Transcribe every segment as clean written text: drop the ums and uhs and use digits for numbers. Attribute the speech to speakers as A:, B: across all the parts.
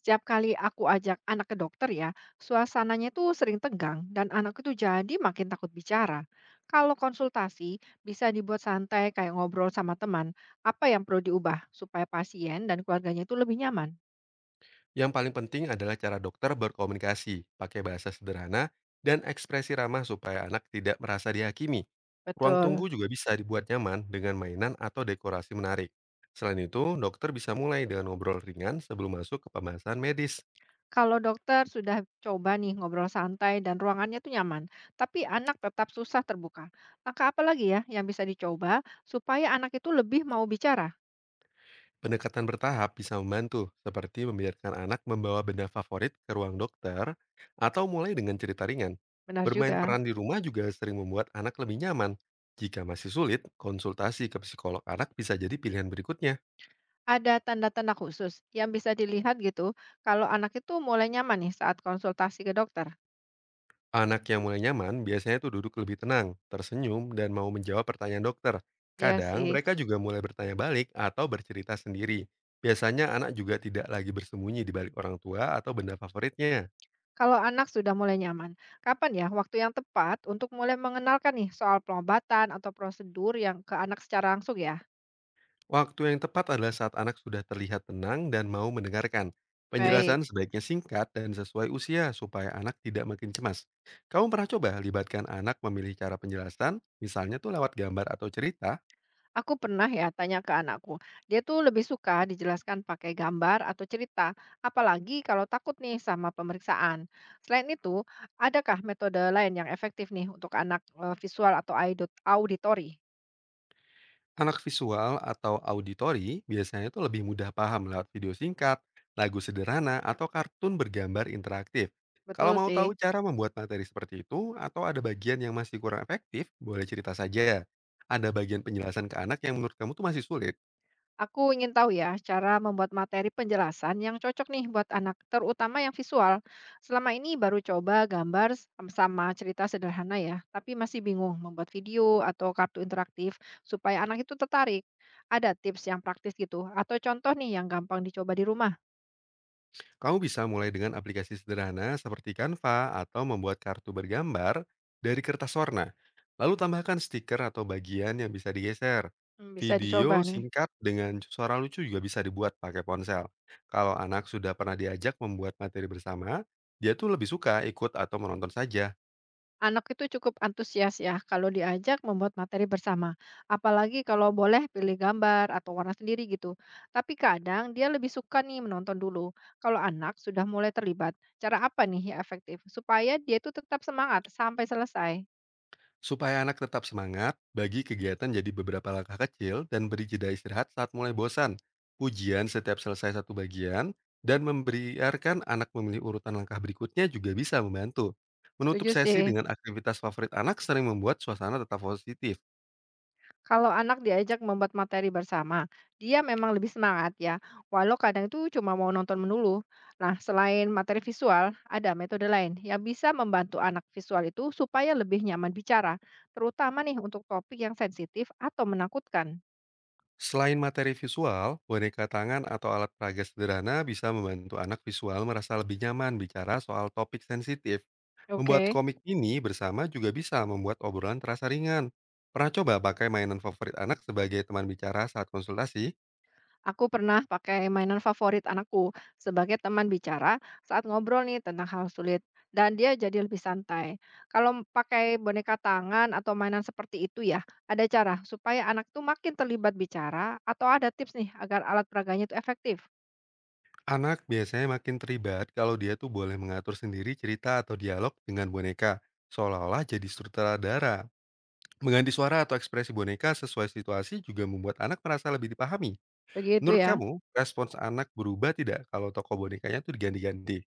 A: Setiap kali aku ajak anak ke dokter ya, suasananya tuh sering tegang dan anak itu jadi makin takut bicara. Kalau konsultasi bisa dibuat santai kayak ngobrol sama teman, apa yang perlu diubah supaya pasien dan keluarganya itu lebih nyaman?
B: Yang paling penting adalah cara dokter berkomunikasi, pakai bahasa sederhana, dan ekspresi ramah supaya anak tidak merasa dihakimi. Ruang
A: Betul.
B: tunggu juga bisa dibuat nyaman dengan mainan atau dekorasi menarik. Selain itu, dokter bisa mulai dengan ngobrol ringan sebelum masuk ke pembahasan medis.
A: Kalau dokter sudah coba nih ngobrol santai dan ruangannya tuh nyaman, tapi anak tetap susah terbuka. Maka apa lagi ya yang bisa dicoba supaya anak itu lebih mau bicara?
B: Pendekatan bertahap bisa membantu, seperti membiarkan anak membawa benda favorit ke ruang dokter atau mulai dengan cerita ringan.
A: Benar
B: Bermain
A: juga.
B: peran di rumah juga sering membuat anak lebih nyaman. Jika masih sulit, konsultasi ke psikolog anak bisa jadi pilihan berikutnya.
A: Ada tanda-tanda khusus yang bisa dilihat gitu kalau anak itu mulai nyaman nih saat konsultasi ke dokter?
B: Anak yang mulai nyaman biasanya tuh duduk lebih tenang, tersenyum, dan mau menjawab pertanyaan dokter.
A: Ya
B: Kadang
A: sih.
B: mereka juga mulai bertanya balik atau bercerita sendiri. Biasanya anak juga tidak lagi bersembunyi di balik orang tua atau benda favoritnya.
A: Kalau anak sudah mulai nyaman, kapan ya waktu yang tepat untuk mulai mengenalkan nih soal pengobatan atau prosedur yang ke anak secara langsung ya?
B: Waktu yang tepat adalah saat anak sudah terlihat tenang dan mau mendengarkan.
A: Baik.
B: Penjelasan sebaiknya singkat dan sesuai usia supaya anak tidak makin cemas. Kamu pernah coba libatkan anak memilih cara penjelasan, misalnya tuh lewat gambar atau cerita?
A: Aku pernah ya tanya ke anakku. Dia tuh lebih suka dijelaskan pakai gambar atau cerita, apalagi kalau takut nih sama pemeriksaan. Selain itu, adakah metode lain yang efektif nih untuk anak visual atau auditori?
B: Anak visual atau auditori biasanya tuh lebih mudah paham lewat video singkat, lagu sederhana, atau kartun bergambar interaktif. Kalau
A: Betul
B: mau
A: sih.
B: tahu cara membuat materi seperti itu atau ada bagian yang masih kurang efektif, boleh cerita saja. Ada bagian penjelasan ke anak yang menurut kamu tuh masih sulit.
A: Aku ingin tahu ya cara membuat materi penjelasan yang cocok nih buat anak, terutama yang visual. Selama ini baru coba gambar sama cerita sederhana ya, tapi masih bingung membuat video atau kartu interaktif supaya anak itu tertarik. Ada tips yang praktis gitu atau contoh nih yang gampang dicoba di rumah?
B: Kamu bisa mulai dengan aplikasi sederhana seperti Canva atau membuat kartu bergambar dari kertas warna. Lalu tambahkan stiker atau bagian yang bisa digeser.
A: Hmm, bisa dicoba
B: Video
A: nih.
B: singkat dengan suara lucu juga bisa dibuat pakai ponsel. Kalau anak sudah pernah diajak membuat materi bersama, dia tuh lebih suka ikut atau menonton saja.
A: Anak itu cukup antusias ya kalau diajak membuat materi bersama, apalagi kalau boleh pilih gambar atau warna sendiri gitu. Tapi kadang dia lebih suka nih menonton dulu. Kalau anak sudah mulai terlibat, cara apa nih yang efektif supaya dia itu tetap semangat sampai selesai?
B: Supaya anak tetap semangat, bagi kegiatan jadi beberapa langkah kecil dan beri jeda istirahat saat mulai bosan. Ujian setiap selesai satu bagian dan membiarkan anak memilih urutan langkah berikutnya juga bisa membantu. Menutup
A: Setuju
B: sesi
A: sih.
B: dengan aktivitas favorit anak sering membuat suasana tetap positif.
A: Kalau anak diajak membuat materi bersama, dia memang lebih semangat ya, walau kadang itu cuma mau nonton melulu. Nah, selain materi visual, ada metode lain yang bisa membantu anak visual itu supaya lebih nyaman bicara, terutama nih untuk topik yang sensitif atau menakutkan.
B: Selain materi visual, boneka tangan atau alat peraga sederhana bisa membantu anak visual merasa lebih nyaman bicara soal topik sensitif. Membuat
A: Oke.
B: komik ini bersama juga bisa membuat obrolan terasa ringan. Pernah coba pakai mainan favorit anak sebagai teman bicara saat konsultasi?
A: Aku pernah pakai mainan favorit anakku sebagai teman bicara saat ngobrol nih tentang hal sulit dan dia jadi lebih santai. Kalau pakai boneka tangan atau mainan seperti itu ya, ada cara supaya anak tuh makin terlibat bicara atau ada tips nih agar alat peraganya itu efektif.
B: Anak biasanya makin terlibat kalau dia tuh boleh mengatur sendiri cerita atau dialog dengan boneka, seolah-olah jadi sutradara. Mengganti suara atau ekspresi boneka sesuai situasi juga membuat anak merasa lebih dipahami.
A: Begitu
B: Menurut
A: ya.
B: kamu, respons anak berubah tidak kalau toko bonekanya tuh diganti-ganti?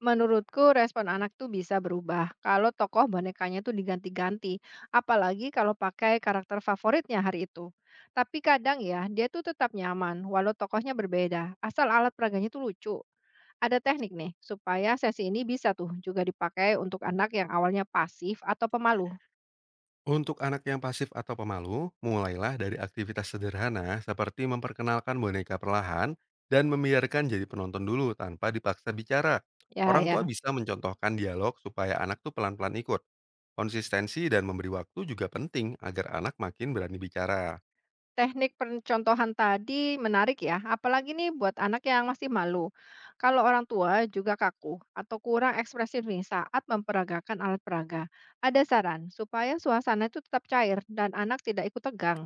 A: Menurutku respon anak tuh bisa berubah kalau tokoh bonekanya tuh diganti-ganti, apalagi kalau pakai karakter favoritnya hari itu. Tapi kadang ya, dia tuh tetap nyaman walau tokohnya berbeda, asal alat peraganya tuh lucu. Ada teknik nih supaya sesi ini bisa tuh juga dipakai untuk anak yang awalnya pasif atau pemalu.
B: Untuk anak yang pasif atau pemalu, mulailah dari aktivitas sederhana seperti memperkenalkan boneka perlahan dan membiarkan jadi penonton dulu tanpa dipaksa bicara.
A: Ya,
B: Orang tua
A: ya.
B: bisa mencontohkan dialog supaya anak tuh pelan-pelan ikut. Konsistensi dan memberi waktu juga penting agar anak makin berani bicara.
A: Teknik pencontohan tadi menarik ya, apalagi nih buat anak yang masih malu. Kalau orang tua juga kaku atau kurang ekspresif nih saat memperagakan alat peraga. Ada saran supaya suasana itu tetap cair dan anak tidak ikut tegang.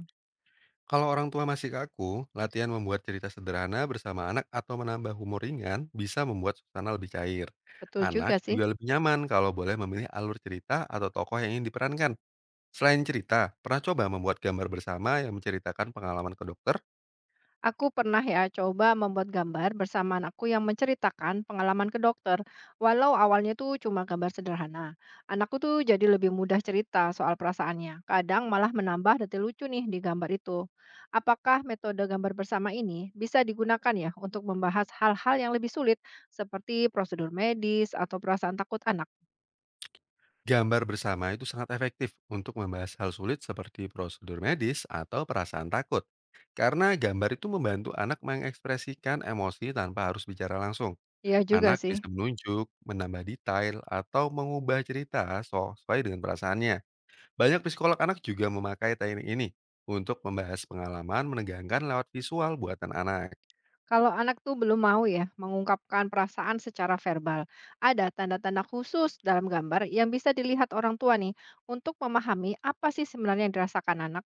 B: Kalau orang tua masih kaku, latihan membuat cerita sederhana bersama anak atau menambah humor ringan bisa membuat suasana lebih cair.
A: Betul juga
B: Anak
A: sih.
B: juga lebih nyaman kalau boleh memilih alur cerita atau tokoh yang ingin diperankan. Selain cerita, pernah coba membuat gambar bersama yang menceritakan pengalaman ke dokter?
A: Aku pernah ya coba membuat gambar bersama anakku yang menceritakan pengalaman ke dokter. Walau awalnya tuh cuma gambar sederhana. Anakku tuh jadi lebih mudah cerita soal perasaannya. Kadang malah menambah detail lucu nih di gambar itu. Apakah metode gambar bersama ini bisa digunakan ya untuk membahas hal-hal yang lebih sulit seperti prosedur medis atau perasaan takut anak?
B: Gambar bersama itu sangat efektif untuk membahas hal sulit seperti prosedur medis atau perasaan takut. Karena gambar itu membantu anak mengekspresikan emosi tanpa harus bicara langsung.
A: Ya juga
B: Anak
A: sih.
B: bisa menunjuk, menambah detail, atau mengubah cerita sesuai dengan perasaannya. Banyak psikolog anak juga memakai teknik ini untuk membahas pengalaman menegangkan lewat visual buatan anak.
A: Kalau anak tuh belum mau ya mengungkapkan perasaan secara verbal, ada tanda-tanda khusus dalam gambar yang bisa dilihat orang tua nih untuk memahami apa sih sebenarnya yang dirasakan anak.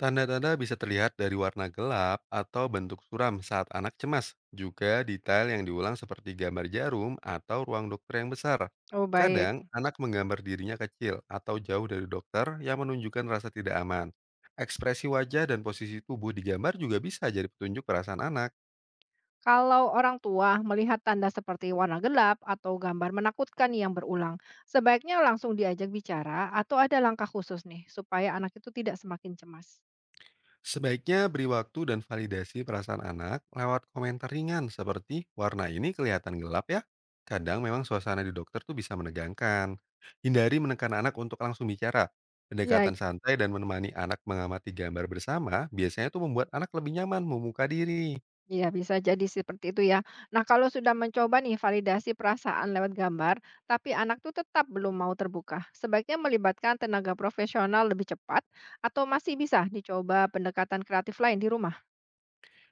B: Tanda-tanda bisa terlihat dari warna gelap atau bentuk suram saat anak cemas. Juga detail yang diulang seperti gambar jarum atau ruang dokter yang besar.
A: Oh baik,
B: Kadang, anak menggambar dirinya kecil atau jauh dari dokter yang menunjukkan rasa tidak aman. Ekspresi wajah dan posisi tubuh digambar juga bisa jadi petunjuk perasaan anak.
A: kalau orang tua melihat tanda seperti warna gelap atau gambar menakutkan yang berulang, sebaiknya langsung diajak bicara atau ada langkah khusus nih supaya anak itu tidak semakin cemas.
B: Sebaiknya beri waktu dan validasi perasaan anak lewat komentar ringan seperti warna ini kelihatan gelap ya. Kadang memang suasana di dokter tuh bisa menegangkan. Hindari menekan anak untuk langsung bicara.
A: Ya.
B: Pendekatan santai dan menemani anak mengamati gambar bersama biasanya tuh membuat anak lebih nyaman membuka diri.
A: Iya, bisa jadi seperti itu ya. Nah, kalau sudah mencoba nih validasi perasaan lewat gambar, tapi anak tuh tetap belum mau terbuka, sebaiknya melibatkan tenaga profesional lebih cepat atau masih bisa dicoba pendekatan kreatif lain di rumah?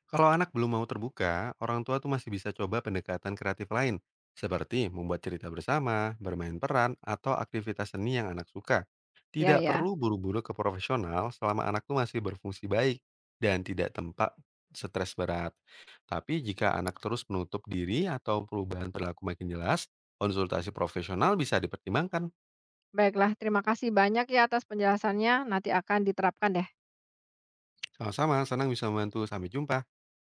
B: Kalau anak belum mau terbuka, orang tua tuh masih bisa coba pendekatan kreatif lain, seperti membuat cerita bersama, bermain peran, atau aktivitas seni yang anak suka.
A: Ya,
B: Tidak
A: ya.
B: perlu buru-buru ke profesional selama anak tuh masih berfungsi baik dan tidak tempat stres berat. Tapi jika anak terus menutup diri atau perubahan perilaku makin jelas, konsultasi profesional bisa dipertimbangkan.
A: Baiklah, terima kasih banyak ya atas penjelasannya. Nanti akan diterapkan deh.
B: Sama-sama, senang bisa membantu. Sampai jumpa.